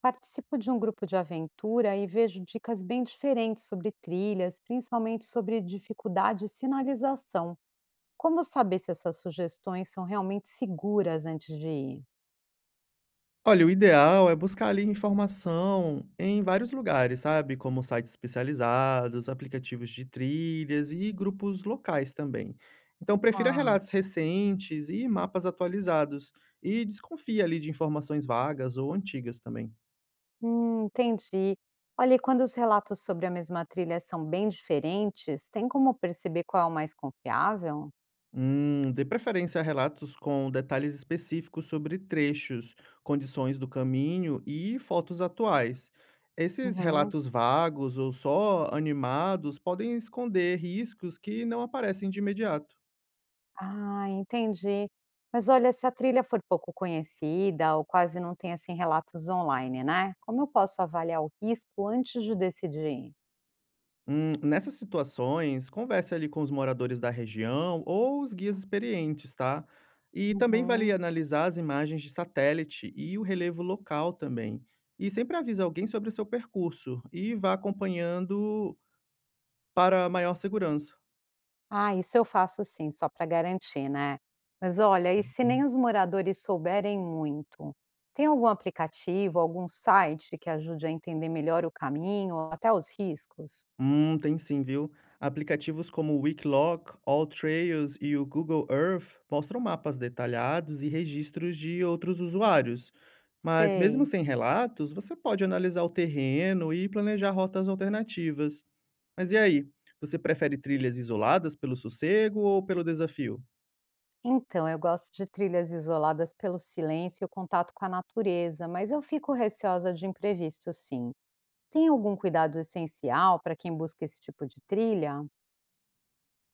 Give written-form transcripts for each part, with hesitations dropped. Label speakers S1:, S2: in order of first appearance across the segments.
S1: Participo de um grupo de aventura e vejo dicas bem diferentes sobre trilhas, principalmente sobre dificuldade e sinalização. Como saber se essas sugestões são realmente seguras antes de ir?
S2: Olha, o ideal é buscar ali informação em vários lugares, sabe? Como sites especializados, aplicativos de trilhas e grupos locais também. Então, prefira
S1: Tá,
S2: relatos recentes e mapas atualizados e desconfie ali de informações vagas ou antigas também.
S1: entendi. Olha, e quando os relatos sobre a mesma trilha são bem diferentes, tem como perceber qual é o mais confiável?
S2: Dê preferência a relatos com detalhes específicos sobre trechos, condições do caminho e fotos atuais. Esses
S1: Uhum.
S2: relatos vagos ou só animados podem esconder riscos que não aparecem de imediato.
S1: Ah, entendi. Mas olha, se a trilha for pouco conhecida ou quase não tem assim relatos online, né? Como eu posso avaliar o risco antes de decidir?
S2: Nessas situações, converse ali com os moradores da região ou os guias experientes, tá? E também vale
S1: Uhum.
S2: analisar as imagens de satélite e o relevo local também. E sempre avise alguém sobre o seu percurso e vá acompanhando para maior segurança.
S1: Ah, isso eu faço sim, só para garantir, né? Mas olha, e se nem
S2: Hum.
S1: os moradores souberem muito? Tem algum aplicativo, algum site que ajude a entender melhor o caminho, até os riscos?
S2: Tem sim, viu? Aplicativos como o Wikiloc, AllTrails e o Google Earth mostram mapas detalhados e registros de outros usuários. Mas mesmo
S1: Sei.
S2: sem relatos, você pode analisar o terreno e planejar rotas alternativas. Mas e aí? Você prefere trilhas isoladas pelo sossego ou pelo desafio?
S1: Então, eu gosto de trilhas isoladas pelo silêncio e o contato com a natureza, mas eu fico receosa de imprevisto, sim. Tem algum cuidado essencial para quem busca esse tipo de trilha?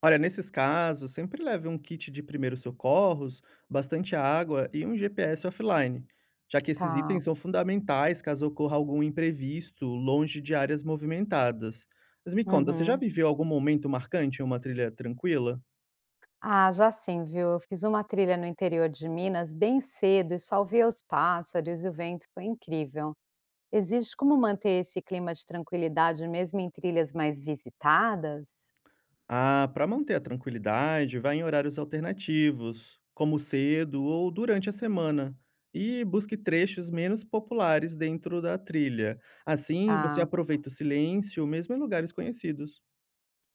S2: Olha, nesses casos, sempre leve um kit de primeiros socorros, bastante água e um GPS offline, já que esses
S1: Tá.
S2: itens são fundamentais caso ocorra algum imprevisto longe de áreas movimentadas. Mas me conta, você já
S1: Uhum.
S2: viveu algum momento marcante em uma trilha tranquila?
S1: Ah, já sim, viu? Eu fiz uma trilha no interior de Minas bem cedo e só ouvia os pássaros e o vento, foi incrível. Existe como manter esse clima de tranquilidade mesmo em trilhas mais visitadas?
S2: Ah, para manter a tranquilidade, vá em horários alternativos, como cedo ou durante a semana, e busque trechos menos populares dentro da trilha. Assim, você
S1: Ah.
S2: aproveita o silêncio, mesmo em lugares conhecidos.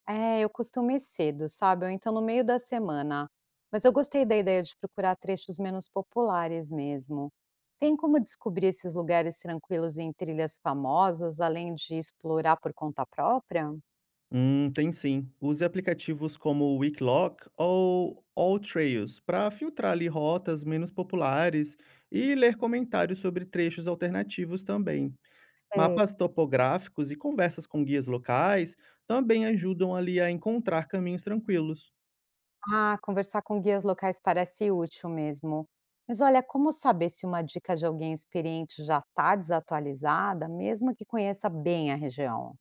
S1: É, eu costumo ir cedo, sabe, ou então no meio da semana. Mas eu gostei da ideia de procurar trechos menos populares mesmo. Tem como descobrir esses lugares tranquilos em trilhas famosas, além de explorar por conta própria?
S2: Tem sim. Use aplicativos como o Wicklock ou AllTrails para filtrar ali rotas menos populares e ler comentários sobre trechos alternativos também.
S1: Sei.
S2: Mapas topográficos e conversas com guias locais também ajudam ali a encontrar caminhos tranquilos.
S1: Ah, conversar com guias locais parece útil mesmo. Mas olha, como saber se uma dica de alguém experiente já está desatualizada, mesmo que conheça bem a região?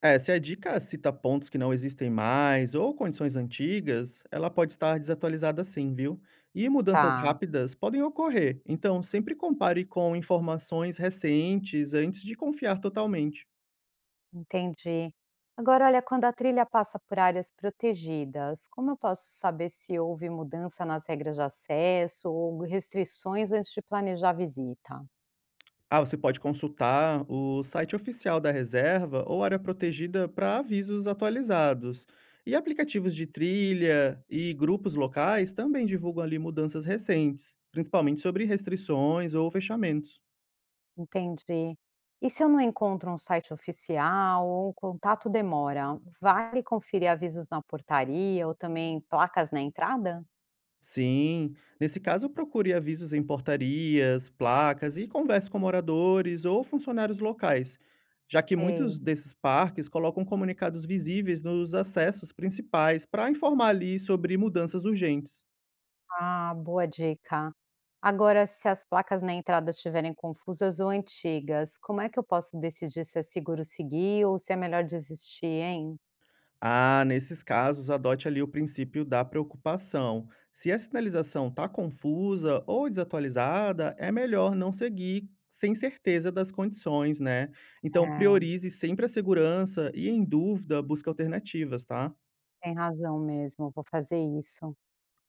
S2: É, se a dica cita pontos que não existem mais ou condições antigas, ela pode estar desatualizada sim, viu? E mudanças
S1: Tá.
S2: rápidas podem ocorrer, então sempre compare com informações recentes antes de confiar totalmente.
S1: Entendi. Agora, olha, quando a trilha passa por áreas protegidas, como eu posso saber se houve mudança nas regras de acesso ou restrições antes de planejar a visita?
S2: Ah, você pode consultar o site oficial da reserva ou área protegida para avisos atualizados. E aplicativos de trilha e grupos locais também divulgam ali mudanças recentes, principalmente sobre restrições ou fechamentos.
S1: Entendi. E se eu não encontro um site oficial ou o contato demora, vale conferir avisos na portaria ou também placas na entrada?
S2: Sim, nesse caso procure avisos em portarias, placas e converse com moradores ou funcionários locais, já que muitos
S1: Sei.
S2: desses parques colocam comunicados visíveis nos acessos principais para informar ali sobre mudanças urgentes.
S1: Ah, boa dica. Agora, se as placas na entrada estiverem confusas ou antigas, como é que eu posso decidir se é seguro seguir ou se é melhor desistir, hein?
S2: Ah, nesses casos, adote ali o princípio da preocupação. Se a sinalização está confusa ou desatualizada, é melhor não seguir sem certeza das condições, né? Então,
S1: É,
S2: priorize sempre a segurança e, em dúvida, busque alternativas, tá?
S1: tem razão mesmo, vou fazer isso.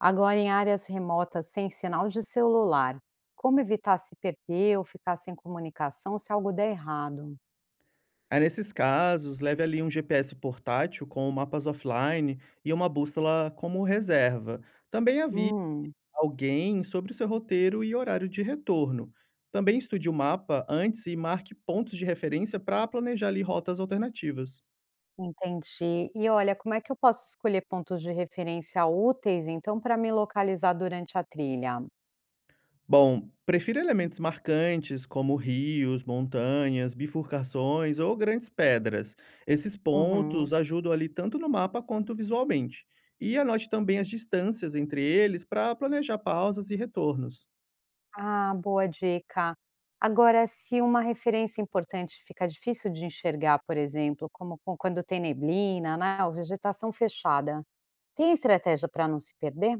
S1: Agora, em áreas remotas sem sinal de celular, como evitar se perder ou ficar sem comunicação se algo der errado?
S2: Aí, nesses casos, leve ali um GPS portátil com mapas offline e uma bússola como reserva. Também avise
S1: Hum,
S2: alguém sobre o seu roteiro e horário de retorno. Também estude o mapa antes e marque pontos de referência para planejar ali rotas alternativas.
S1: entendi. E olha, como é que eu posso escolher pontos de referência úteis, então, para me localizar durante a trilha?
S2: Bom, prefira elementos marcantes como rios, montanhas, bifurcações ou grandes pedras. Esses
S1: Uhum.
S2: pontos ajudam ali tanto no mapa quanto visualmente. E anote também as distâncias entre eles para planejar pausas e retornos.
S1: Ah, boa dica. Agora, se uma referência importante fica difícil de enxergar, por exemplo, quando tem neblina, né, ou vegetação fechada, tem estratégia para não se perder?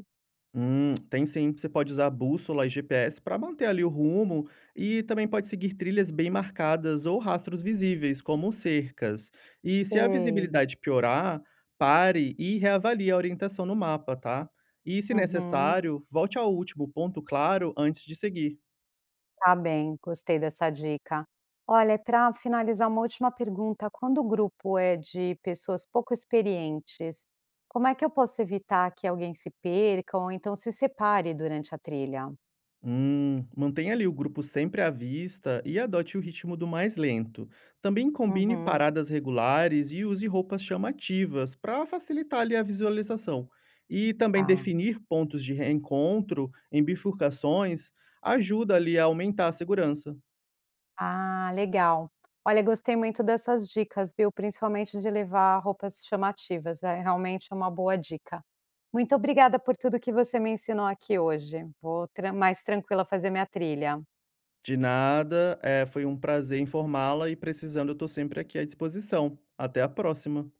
S2: Tem sim. Você pode usar bússola e GPS para manter ali o rumo e também pode seguir trilhas bem marcadas ou rastros visíveis, como cercas. E se a
S1: Sei.
S2: visibilidade piorar, pare e reavalie a orientação no mapa, tá? E se
S1: Uhum.
S2: necessário, volte ao último ponto claro antes de seguir.
S1: Tá bem, gostei dessa dica. Olha, para finalizar, uma última pergunta. Quando o grupo é de pessoas pouco experientes, como é que eu posso evitar que alguém se perca ou então se separe durante a trilha?
S2: Mantenha ali o grupo sempre à vista e adote o ritmo do mais lento. Também combine
S1: Uhum.
S2: paradas regulares e use roupas chamativas para facilitar ali a visualização. E também
S1: Tá.
S2: definir pontos de reencontro em bifurcações ajuda ali a aumentar a segurança.
S1: Ah, legal. Olha, gostei muito dessas dicas, viu, principalmente de levar roupas chamativas, é realmente uma boa dica. Muito obrigada por tudo que você me ensinou aqui hoje. Vou tran mais tranquila fazer minha trilha.
S2: De nada, é, foi um prazer informá-la e precisando, eu estou sempre aqui à disposição. Até a próxima.